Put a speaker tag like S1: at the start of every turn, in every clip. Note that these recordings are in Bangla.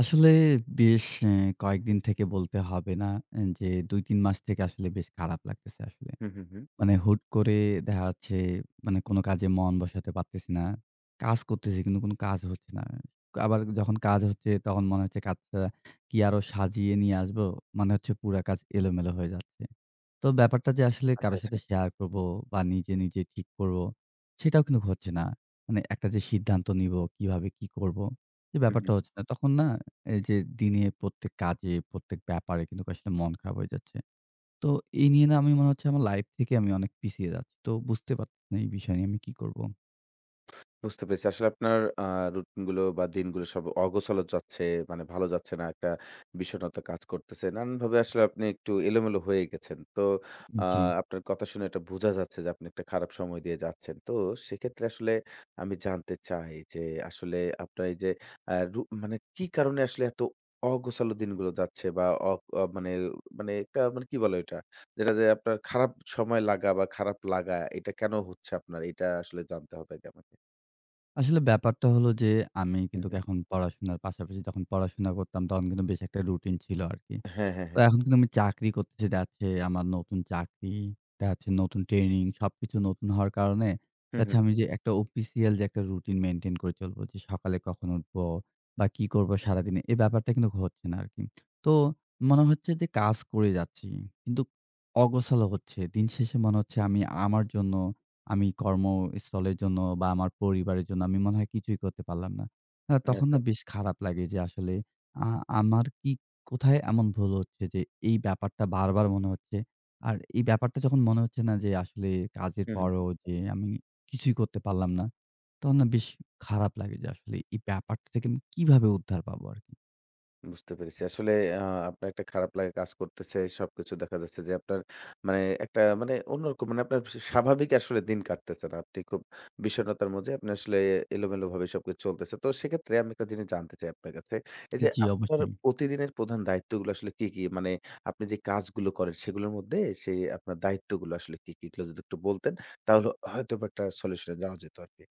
S1: আসলে বেশ কয়েকদিন থেকে বলতে হবে না যে ২-৩ মাস থেকে আসলে বেশ খারাপ লাগতেছে আসলে।
S2: হুম, হুম, হুম।
S1: মানে হুট করে দেখা যাচ্ছে মানে কোনো কাজে মন বসাতে পারতেছি না। কাজ করতেছি কিন্তু কোনো কাজ হচ্ছে না। আবার যখন কাজ হচ্ছে তখন মনে হচ্ছে কাজটা কি আরো সাজিয়ে নিয়ে আসবো? মানে হচ্ছে পুরা কাজ এলোমেলো হয়ে যাচ্ছে। তো ব্যাপারটা যে আসলে
S2: আচ্ছা,
S1: কারো
S2: আচ্ছা।
S1: সাথে শেয়ার করব বা নিজে, নিজে ঠিক করব, সেটাও কিন্তু হচ্ছে না। মানে একটা যে সিদ্ধান্ত নিব, কিভাবে কি করব, সে
S2: হুম,
S1: ব্যাপারটা
S2: হুম,
S1: হচ্ছে না। তখন না এই যে দিনে প্রত্যেক কাজে, প্রত্যেক ব্যাপারে কিন্তু আসলে মন খারাপ হয়ে যাচ্ছে। তো এই নিয়ে না আমি মনে হচ্ছে আমার লাইফ থেকে আমি অনেক পিছিয়ে যাচ্ছি। তো বুঝতে পারতেছি না এই বিষয় নিয়ে আমি কি করব?
S2: বুঝতে পেরেছি। আসলে আপনার রুটিন গুলো বা দিনগুলো সব অগোছালো যাচ্ছে। মানে ভালো যাচ্ছে না। একটা বিষণ্ণতা কাজ করতেছে। নানানভাবে আসলে আপনি একটু এলোমেলো হয়ে গেছেন। তো আ
S1: জি।
S2: আপনার কথা শুনে এটা বোঝা যাচ্ছে যে আপনি একটা খারাপ সময় দিয়ে যাচ্ছেন। তো সেক্ষেত্রে আসলে আমি জানতে চাই যে আসলে আপনার এই যে আ রু মানে কি কারণে আসলে এত অগোছালো দিনগুলো যাচ্ছে বা অ অ মানে মানে একটা মানে কি বলে এটা? যেটা যে আপনার খারাপ সময় লাগা বা খারাপ লাগা এটা কেন হচ্ছে আপনার? এটা আসলে জানতে হবে আগে আমাকে।
S1: আসলে ব্যাপারটা হলো যে আমি
S2: হুম,
S1: কিন্তু
S2: হুম।
S1: এখন পড়াশোনার পাশাপাশি যখন পড়াশোনা করতাম তখন কিন্তু বেশ একটা রুটিন ছিল আরকি।
S2: হ্যাঁ, হ্যাঁ,
S1: তো
S2: হ্যাঁ।
S1: এখন কিন্তু আমি চাকরি করতেছি যাচ্ছে আমার নতুন চাকরি, দেখাচ্ছে নতুন ট্রেনিং সবকিছু নতুন হওয়ার কারণে
S2: হুম, হুম।
S1: দেখাচ্ছে আমি যে একটা অফিসিয়াল যে একটা রুটিন মেইনটেইন করে চলবো যে সকালে কখন উঠবো বা কি করবো সারাদিনে এই ব্যাপারটা কিন্তু হচ্ছে না আরকি। তো মনে হচ্ছে যে কাজ করে যাচ্ছি কিন্তু অগোছালো হচ্ছে। দিন শেষে মনে হচ্ছে আমি আমার জন্য, আমি কর্মস্থলের জন্য বা আমার পরিবারের জন্য আমি মনে হয় কিছুই করতে পারলাম না। তখন
S2: আচ্ছা।
S1: না বেশ খারাপ লাগে যে আসলে আ আমার কি কোথায় এমন ভুল হচ্ছে যে এই ব্যাপারটা বারবার মনে হচ্ছে? আর এই ব্যাপারটা যখন মনে হচ্ছে না যে আসলে কাজের
S2: হুম, হুম, হুম।
S1: পরেও যে আমি কিছুই করতে পারলাম না, তখন না বেশ খারাপ লাগে যে আসলে এই ব্যাপারটা থেকে আমি কিভাবে উদ্ধার পাবো আরকি?
S2: বুঝতে পেরেছি। আসলে আ আপনার একটা খারাপ লাগা কাজ করতেছে। সবকিছু দেখা যাচ্ছে যে আপনার মানে একটা মানে অন্যরকম মানে আপনার স্বাভাবিক আসলে দিন কাটতেছে না। আপনি খুব বিষণ্ণতার মধ্যে আপনি আসলে এলোমেলোভাবে সবকিছু চলতেছে। তো সেক্ষেত্রে আমি একটা জিনিস জানতে চাই আপনার কাছে। এই যে
S1: জি,
S2: আপনার
S1: অবশ্যই।
S2: প্রতিদিনের প্রধান দায়িত্বগুলো আসলে কি, কি? মানে আপনি যে কাজগুলো করেন সেগুলোর মধ্যে সেই আপনার দায়িত্বগুলো আসলে কি, কি? এগুলো যদি একটু বলতেন তাহলে হয়তোবা একটা সলিউশন এ যাওয়া যেত আরকি।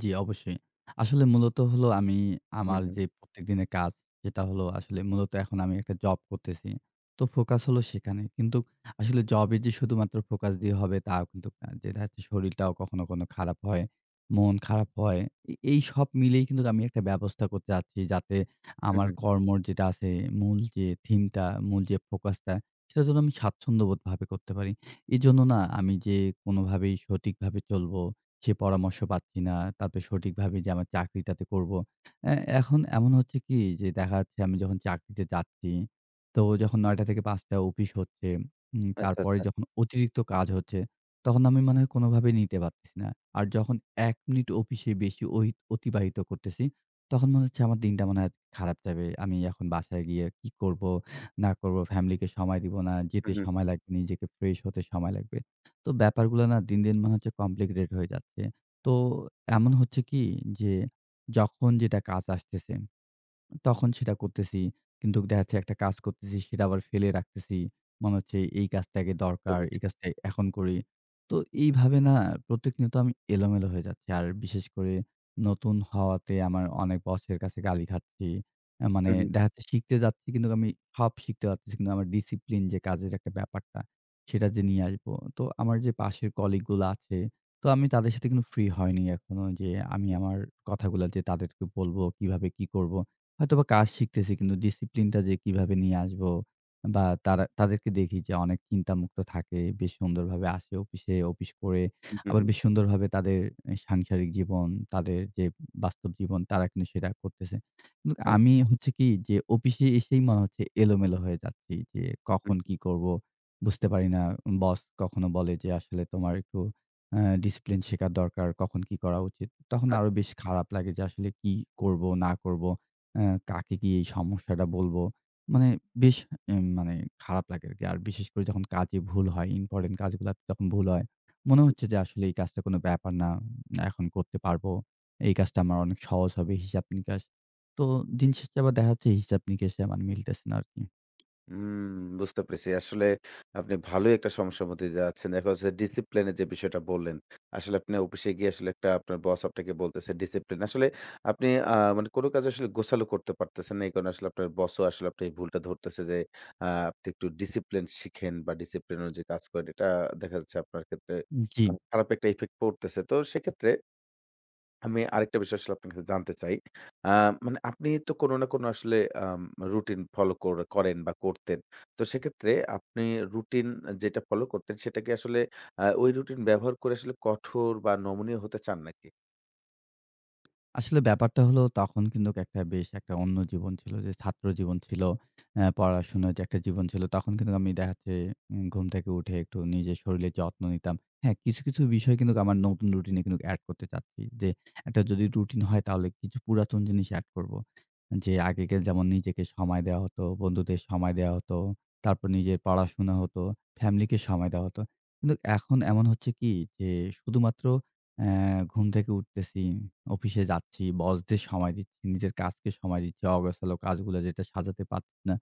S1: জি, অবশ্যই। আসলে মূলত হলো আমি
S2: হুম,
S1: আমার
S2: হুম।
S1: যে প্রত্যেকদিনের কাজ সেটা হলো আসলে মূলত এখন আমি একটা জব করতেছি। তো ফোকাস হলো সেখানে। কিন্তু আসলে জবে যে শুধুমাত্র ফোকাস দিয়ে হবে তাও কিন্তু না। যে দেখা যাচ্ছে শরীরটাও কখনো, কখনো খারাপ হয়, মন খারাপ হয়। এই সব মিলেই কিন্তু আমি একটা ব্যবস্থা করতে চাচ্ছি যাতে
S2: হুম,
S1: আমার
S2: হুম।
S1: কর্মর যেটা আছে মূল যে থিমটা, মূল যে ফোকাসটা সেটা যেন আমি স্বাচ্ছন্দ্যবোধভাবে করতে পারি। এজন্য না আমি যে কোনোভাবেই সঠিকভাবে চলবো সে পরামর্শ পাচ্ছি না। তারপরে সঠিকভাবে যে আমার চাকরিটাতে করব। অ্যা এখন এমন হচ্ছে কি যে দেখা যাচ্ছে আমি যখন চাকরিতে যাচ্ছি, তো যখন ৯ঃ০০ থেকে ৫ঃ০০ অফিস হচ্ছে,
S2: আচ্ছা,
S1: তারপরে
S2: আচ্ছা।
S1: যখন অতিরিক্ত কাজ হচ্ছে, তখন আমি মনে হয় কোনোভাবেই নিতে পারতেছি না। আর যখন ১ মিনিট অফিসে বেশি ওহি অতিবাহিত করতেছি, তখন মনে হচ্ছে আমার দিনটা মনে হয় আজকে খারাপ যাবে। আমি এখন বাসায় গিয়ে কি করব না করব, ফ্যামিলিকে সময় দিব না, যেতে
S2: হুম, হুম।
S1: সময় লাগবে, নিজেকে ফ্রেশ হতে সময় লাগবে। তো ব্যাপারগুলো না দিন, দিন মনে হচ্ছে কমপ্লিকেটেড হয়ে যাচ্ছে। তো এমন হচ্ছে কি যে, যখন যেটা কাজ আসতেছে তখন সেটা করতেছি। কিন্তু দেখা যাচ্ছে একটা কাজ করতেছি, সেটা আবার ফেলে রাখতেছি। মনে হচ্ছে এই কাজটা আগে
S2: বুঝতে
S1: দরকার,
S2: পেরেছি।
S1: এই কাজটা এখন করি। তো এইভাবে না প্রতিনিয়ত আমি এলোমেলো হয়ে যাচ্ছি। আর বিশেষ করে নতুন হওয়াতে আমার অনেক বসের কাছে গালি খাচ্ছি। মানে
S2: হু, হু,
S1: দেখা যাচ্ছে শিখতে যাচ্ছি কিন্তু আমি সব শিখতে পারতেছি। কিন্তু আমার ডিসিপ্লিন যে কাজের একটা ব্যাপারটা, সেটা যে নিয়ে আসবো। তো আমার যে পাশের কলিগ গুলো আছে, তো আমি তাদের সাথে কিন্তু ফ্রি হয়নি এখনো যে আমি আমার কথাগুলা যে তাদেরকে বলবো, কিভাবে কি করব। হয়তোবা কাজ শিখতেছি কিন্তু ডিসিপ্লিনটা যে কিভাবে নিয়ে আসবো বা তারা তাদেরকে দেখি যে অনেক চিন্তামুক্ত থাকে। বেশ সুন্দরভাবে আসে অফিসে, অফিস করে
S2: হু, হু,
S1: আবার
S2: হু।
S1: বেশ সুন্দরভাবে তাদের সাংসারিক জীবন, তাদের যে বাস্তব জীবন তারা কিন্তু সেটা করতেছে। কিন্তু
S2: আ
S1: আমি হচ্ছে কি যে অফিসে এসেই মনে হচ্ছে এলোমেলো হয়ে যাচ্ছি যে
S2: হু,
S1: কখন কি করব বুঝতে পারি না। বস কখনো বলে যে আসলে তোমার একটু ডিসিপ্লিন শেখার দরকার, কখন কি করা উচিত। তখন
S2: আ
S1: আরো বেশ খারাপ লাগে যে আসলে কি করব না করব। কাকে গিয়ে এই সমস্যাটা বলব? মানে বেশ মানে খারাপ লাগে আরকি। আর বিশেষ করে যখন কাজে ভুল হয়, ইম্পোর্টেন্ট কাজগুলাতে যখন ভুল হয়, মনে হচ্ছে যে আসলে এই কাজটা কোনো ব্যাপার না। এখন করতে পারব। এই কাজটা আমার অনেক সহজ হবে হিসাব নিকাশ। তো দিন শেষে আবার দেখা যাচ্ছে হিসাব নিকাশে আমার মিলতেছে না আরকি।
S2: হুম, বুঝতে পেরেছি। আসলে আপনি ভালোই একটা সমস্যার মধ্যে দিয়ে যাচ্ছেন। দেখা যাচ্ছে ডিসিপ্লিন এর যে বিষয়টা বললেন। আসলে আপনি অফিসে গিয়ে আসলে একটা আপনার বস আপনাকে বলতেছে ডিসিপ্লিন। আসলে আপনি মানে কোনো কাজ আসলে গোছালো করতে পারতেছেন না। এই কারণে আসলে আপনার বসও আসলে আপনার এই ভুলটা ধরতেছে যে আপনি একটু ডিসিপ্লিন শিখেন বা ডিসিপ্লিন অনুযায়ী কাজ করেন। এটা দেখা যাচ্ছে আপনার ক্ষেত্রে
S1: জি।
S2: খারাপ একটা ইফেক্ট পড়তেছে। তো সেক্ষেত্রে আমি আরেকটা বিষয় আসলে আপনার কাছে জানতে চাই। আ মানে আপনি তো কোনো না কোনো আসলে আম রুটিন ফলো কর করেন বা করতেন। তো সেক্ষেত্রে আপনি রুটিন যেটা ফলো করতেন সেটাকে আসলে ওই রুটিন ব্যবহার করে আসলে কঠোর বা নমনীয় হতে চান নাকি?
S1: আসলে ব্যাপারটা হলো তখন কিন্তু একটা বেশ একটা অন্য জীবন ছিল যে ছাত্র জীবন ছিল। পড়াশোনার যে একটা জীবন ছিল তখন কিন্তু আমি দেখা যাচ্ছে ঘুম থেকে উঠে একটু নিজের শরীরের যত্ন নিতাম। হ্যাঁ, কিছু, কিছু বিষয় কিন্তু আমার নতুন রুটিনে কিন্তু এড করতে চাচ্ছি। যে একটা যদি রুটিন হয় তাহলে কিছু পুরাতন জিনিস এড করব। যে আগেকে যেমন নিজেকে সময় দেওয়া হতো, বন্ধুদের সময় দেওয়া হতো, তারপর নিজের পড়াশোনা হতো, ফ্যামিলিকে সময় দেওয়া হতো। কিন্তু এখন এমন হচ্ছে কি যে শুধুমাত্র অ্যা ঘুম থেকে উঠতেছি, অফিসে যাচ্ছি, বসদের সময় দিচ্ছি, নিজের কাজকে সময় দিচ্ছি। অগোছালো কাজগুলো যেটা সাজাতে পারছি না।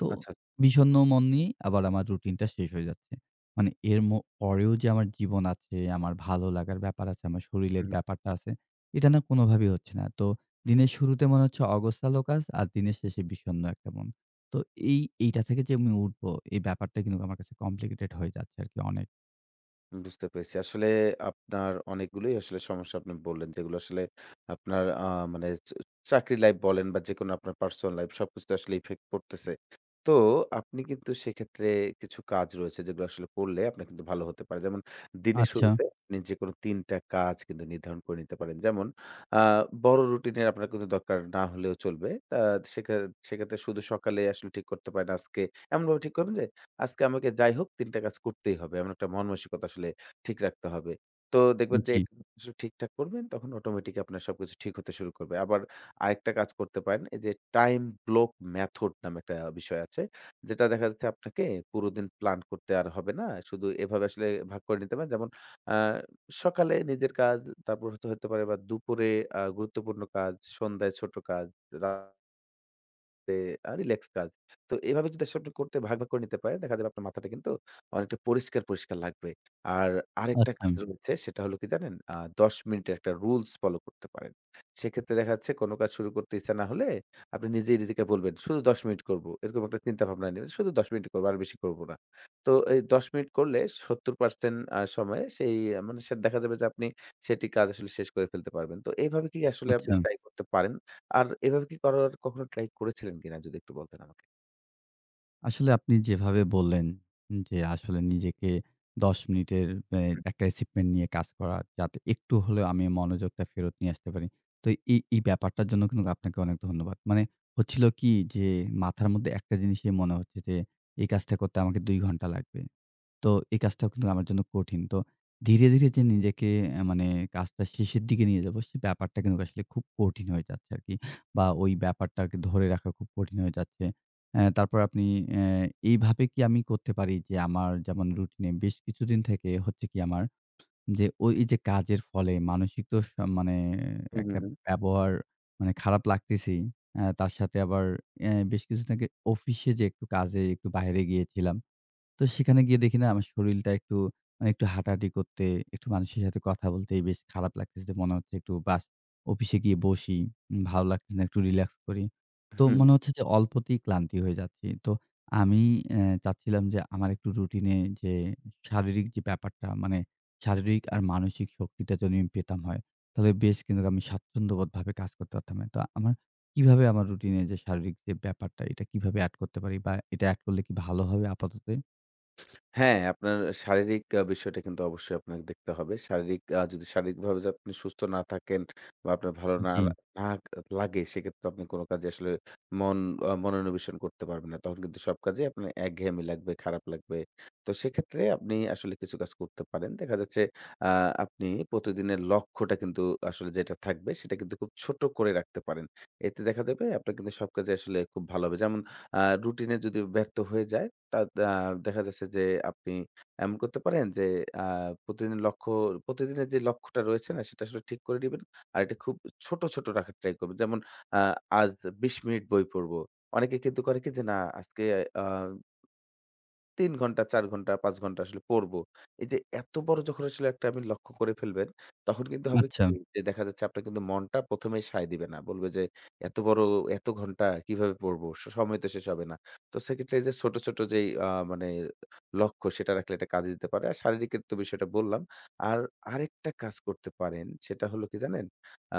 S1: তো
S2: আচ্ছা।
S1: বিষণ্ণ মন নিয়ে আবার আমার রুটিনটা শেষ হয়ে যাচ্ছে। মানে এর পরেও যে আমার জীবন আছে, আমার ভালো লাগার ব্যাপার আছে, আমার
S2: হু,
S1: শরীরের
S2: হু।
S1: ব্যাপারটা আছে, এটা না কোনোভাবেই হচ্ছে না। তো দিনের শুরুতে মনে হচ্ছে অগোছালো কাজ আর দিনের শেষে বিষণ্ণ একটা মন। তো এইটা থেকে যে আমি উঠবো, এই ব্যাপারটা কিন্তু আমার কাছে কমপ্লিকেটেড হয়ে যাচ্ছে আরকি অনেক।
S2: বুঝতে পেরেছি। আসলে আপনার অনেকগুলোই আসলে সমস্যা আপনি বললেন, যেগুলো আসলে আপনার মানে চাকরি লাইফ বলেন বা যেকোনো আপনার পার্সোনাল লাইফ সবকিছুতে আসলে ইফেক্ট পড়তেছে। তো আপনি কিন্তু সেক্ষেত্রে কিছু কাজ রয়েছে যেগুলো আসলে করলে আপনার কিন্তু ভালো হতে পারে। যেমন দিনের
S1: আচ্ছা।
S2: শুরুতে আপনি যেকোনো ৩ টা কাজ কিন্তু নির্ধারণ করে নিতে পারেন। যেমন আ বড় রুটিনের আপনার কিন্তু দরকার না হলেও চলবে। আ সেখা সেক্ষেত্রে শুধু সকালে আসলে ঠিক করতে পারেন আজকে এমনভাবে ঠিক করবেন যে আজকে আমাকে যাই হোক ৩ টা কাজ করতেই হবে। এমন একটা মন মানসিকতা আসলে ঠিক রাখতে হবে। তো দেখবেন যে
S1: জি।
S2: ঠিকঠাক করবেন তখন অটোমেটিক আপনার সবকিছু ঠিক হতে শুরু করবে। আবার আরেকটা কাজ করতে পারেন এই যে টাইম ব্লক মেথড নামে একটা বিষয় আছে। যেটা দেখা যাচ্ছে আপনাকে পুরো দিন প্ল্যান করতে আর হবে না। শুধু এভাবে আসলে ভাগ করে নিতে পারেন। যেমন আ সকালে নিজের কাজ তারপর হতে হতে পারে বা দুপুরে গুরুত্বপূর্ণ কাজ, সন্ধ্যায় ছোট কাজ, রা তে রিল্যাক্স কাজ। তো এভাবে যদি আসলে আপনি করতে ভাগ, ভাগ করে নিতে পারেন, দেখা যাবে আপনার মাথাটা কিন্তু অনেকটা পরিষ্কার, পরিষ্কার লাগবে। আর আরেকটা
S1: আচ্ছা,
S2: কাজ রয়েছে সেটা হলো কি জানেন? ১০ মিনিটের একটা রুলস ফলো করতে পারেন। সেক্ষেত্রে দেখা যাচ্ছে কোনো কাজ শুরু করতে ইচ্ছা না হলে আপনি নিজেই নিজেকে বলবেন, "শুধু ১০ মিনিট করব।" এরকম একটা চিন্তা ভাবনা নিবেন। শুধু ১০ মিনিট করব, আর বেশি করব না। তো এই ১০ মিনিট করলে ৭০% সময়ে সেই মানে সে দেখা যাবে যে আপনি সেটি কাজ আসলে শেষ করে ফেলতে পারবেন। তো এইভাবে কি আসলে আপনি
S1: আচ্ছা।
S2: ট্রাই করতে পারেন? আর এভাবে কি করার কখনো ট্রাই করেছিলেন কিনা যদি একটু বলতেন আমাকে?
S1: আসলে আপনি যেভাবে বললেন যে আসলে নিজেকে ১০ মিনিটের এ একটা অ্যাচিভমেন্ট নিয়ে কাজ করা যাতে একটু হলেও আমি মনোযোগটা ফেরত নিয়ে আসতে পারি। তো এই ব্যাপারটার জন্য কিন্তু আপনাকে অনেক ধন্যবাদ। মানে হচ্ছিল কি যে মাথার মধ্যে একটা জিনিসই মনে হচ্ছে যে এই কাজটা করতে আমাকে ২ ঘন্টা লাগবে। তো এই কাজটাও কিন্তু আমার জন্য কঠিন। তো ধীরে, ধীরে যে নিজেকে মানে কাজটা শেষের দিকে নিয়ে যাবো, সে ব্যাপারটা কিন্তু আসলে খুব কঠিন হয়ে যাচ্ছে আরকি। বা ওই ব্যাপারটাকে ধরে রাখা খুব কঠিন হয়ে যাচ্ছে। তারপর আপনি অ্যা এইভাবে কি আমি করতে পারি যে আমার যেমন রুটিনে বেশ কিছুদিন থেকে হচ্ছে কি আমার যে এই যে কাজের ফলে মানসিক তো মানে
S2: হুম, হুম,
S1: একটা
S2: হুম।
S1: ব্যবহার মানে খারাপ লাগতেছেই। তার সাথে আবার বেশ কিছুদিন আগে অফিসে যে একটু কাজে একটু বাইরে গিয়েছিলাম। তো সেখানে গিয়ে দেখি না আমার শরীলটা একটু মানে একটু হাঁটাহাঁটি করতে, একটু মানুষের সাথে কথা বলতেই বেশ খারাপ লাগতেছে। মনে হচ্ছে একটু অফিসে গিয়ে বসি। ভালো লাগতেছে না, একটু রিল্যাক্স করি। তো
S2: হুম,
S1: মনে হচ্ছে যে অল্পতেই ক্লান্তি হয়ে যাচ্ছি। তো আমি চাচ্ছিলাম যে আমার একটু রুটিনে যে শারীরিক যে ব্যাপারটা মানে শারীরিক আর মানসিক শক্তিটা যদি আমি পেতাম হয়, তাহলে বেশ কিন্তু আমি স্বাচ্ছন্দ্যবোধভাবে কাজ করতে পারতাম। তো আমার কিভাবে আমার রুটিনে যে শারীরিক যে ব্যাপারটা এটা কিভাবে এড করতে পারি বা এটা এড করলে কি ভালো হবে আপাততে?
S2: হ্যাঁ, আপনার শারীরিক বিষয়টা কিন্তু অবশ্যই আপনাকে দেখতে হবে। শারীরিক আ যদি শারীরিকভাবে যদি আপনি সুস্থ না থাকেন বা আপনার ভালো না
S1: জি।
S2: হুম। না লাগে সেক্ষেত্রে আপনি কোন কাজে আসলে মন আ মনোনিবেশন করতে পারবেন না। তখন কিন্তু সব কাজেই আপনার একঘেয়েমি লাগবে, খারাপ লাগবে। তো সেক্ষেত্রে আপনি আসলে কিছু কাজ করতে পারেন। দেখা যাচ্ছে আ আপনি প্রতিদিনের লক্ষ্যটা কিন্তু আসলে যেটা থাকবে সেটা কিন্তু খুব ছোট করে রাখতে পারেন। এতে দেখা যাবে আপনার কিন্তু সব কাজে আসলে খুব ভালো হবে। যেমন রুটিন এ যদি ব্যর্থ হয়ে যায় তা দা দেখা যাচ্ছে যে আপনি এমন করতে পারেন যে আ প্রতিদিন লক্ষ্য প্রতিদিনের যে লক্ষ্যটা রয়েছে না সেটা আসলে ঠিক করে নিবেন। আর এটা খুব ছোট, ছোট রাখার ট্রাই করবেন। যেমন আ আজ ২০ মিনিট বই পড়ব। অনেকে কিন্তু করে কি যে না আজকে আ ৩ ঘন্টা, ৪ ঘন্টা, ৫ ঘন্টা আসলে পড়বো। এই যে এত বড় যখন আসলে একটা আপনি লক্ষ্য করে ফেলবেন, তখন কিন্তু হবে
S1: আচ্ছা,
S2: কি যে দেখা যাচ্ছে আপনার কিন্তু মনটা ১ম এই সায় দিবে না। বলবে যে এত বড় এত ঘন্টা কিভাবে পড়বো? সময় তো শেষ হবে না। তো সেক্ষেত্রে এই যে ছোট, ছোট যেই মানে লক্ষ্য সেটা রাখলে এটা কাজে দিতে পারে। আর শারীরিক এর তো বিষয়টা বললাম। আর আরেকটা কাজ করতে পারেন সেটা হলো কি জানেন?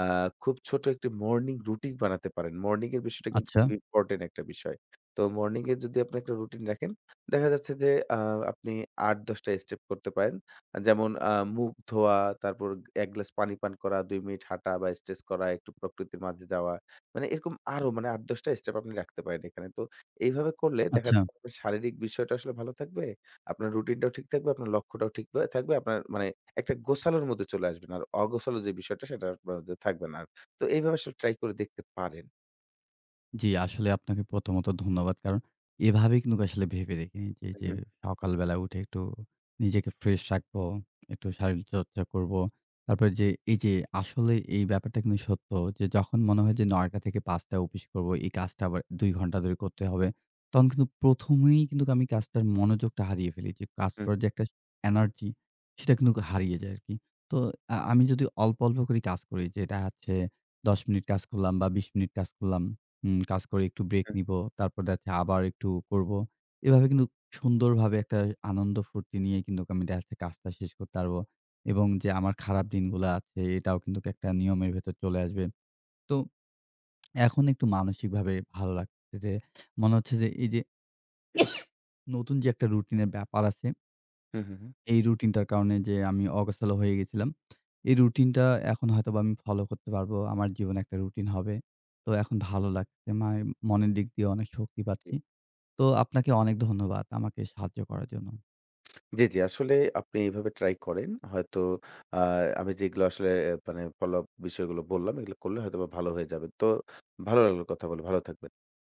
S2: আ খুব ছোট একটি মর্নিং রুটিন বানাতে পারেন। মর্নিং এর বিষয়টা কিন্তু
S1: আচ্ছা,
S2: ইম্পোর্টেন্ট একটা বিষয়। তো মর্নিং এ যদি আপনি একটা রুটিন রাখেন দেখা যাচ্ছে যে আ আপনি ৮-১০ টা স্টেপ করতে পারেন। যেমন মুখ ধোয়া, তারপর ১ গ্লাস পানি পান করা, ২ মিনিট হাঁটা বা স্ট্রেচ করা, একটু প্রকৃতির মাঝে যাওয়া। মানে এরকম আরো মানে ৮-১০ টা স্টেপ আপনি রাখতে পারেন এখানে। তো এইভাবে করলে দেখা
S1: আচ্ছা।
S2: যাচ্ছে আপনার শারীরিক বিষয়টা আসলে ভালো থাকবে। আপনার রুটিনটাও ঠিক থাকবে, আপনার লক্ষ্যটাও ঠিক থাকবে। আপনার মানে একটা গোছালোর মধ্যে চলে আসবেন। আর অগোছালো যে বিষয়টা সেটা আপনার মধ্যে থাকবে না আর। তো এইভাবে আসলে ট্রাই করে দেখতে পারেন।
S1: জি, আসলে আপনাকে প্রথমত ধন্যবাদ। কারণ এভাবে কিন্তু আসলে ভেবে দেখিনি যে, যে
S2: হুম,
S1: সকালবেলা উঠে একটু নিজেকে ফ্রেশ রাখবো, একটু শারীরিক চর্চা করবো। তারপরে যে এই যে আসলে এই ব্যাপারটা কিন্তু সত্য যে যখন মনে হয় যে ৯ঃ০০ থেকে ৫ঃ০০ অফিস করবো, এই কাজটা আবার ২ ঘন্টা ধরে করতে হবে। তখন কিন্তু ১ম এই কিন্তু আমি কাজটার মনোযোগটা হারিয়ে ফেলি। যে কাজ
S2: হুম,
S1: করার যে একটা এনার্জি সেটা কিন্তু হারিয়ে যায় আরকি। তো আমি যদি অল্প, অল্প করে কাজ করি যে এটা হচ্ছে ১০ মিনিট কাজ করলাম বা ২০ মিনিট কাজ করলাম হুম, কাজ করে একটু ব্রেক
S2: হুম,
S1: নিবো। তারপর দেখা যাচ্ছে আবার একটু করব। এভাবে কিন্তু সুন্দরভাবে একটা আনন্দ ফুর্তি নিয়ে কিন্তু আমি দেখা যাচ্ছে কাজটা শেষ করতে পারব। এবং যে আমার খারাপ দিনগুলা আছে এটাও কিন্তু একটা নিয়মের ভেতর চলে আসবে। তো এখন একটু মানসিকভাবে ভালো লাগছে যে মনে হচ্ছে যে এই যে নতুন যে একটা রুটিনের ব্যাপার আছে,
S2: হুম, হুম, হুম,
S1: এই রুটিনটার কারণে যে আমি অগোছালো হয়ে গেছিলাম। এই রুটিনটা এখন হয়তোবা আমি ফলো করতে পারবো। আমার জীবনে একটা রুটিন হবে। তো এখন ভালো লাগছে। মনের দিক দিয়ে অনেক শক্তি
S2: জি।
S1: পাচ্ছি। তো আপনাকে অনেক ধন্যবাদ আমাকে সাহায্য করার জন্য।
S2: জি, জি। আসলে আপনি এভাবে ট্রাই করেন। হয়তো আ আমি যেগুলো আসলে মানে ফলো আপ বিষয়গুলো বললাম, এগুলো করলে হয়তোবা ভালো হয়ে যাবে। তো ভালো লাগলো কথা বলে। ভালো থাকবেন।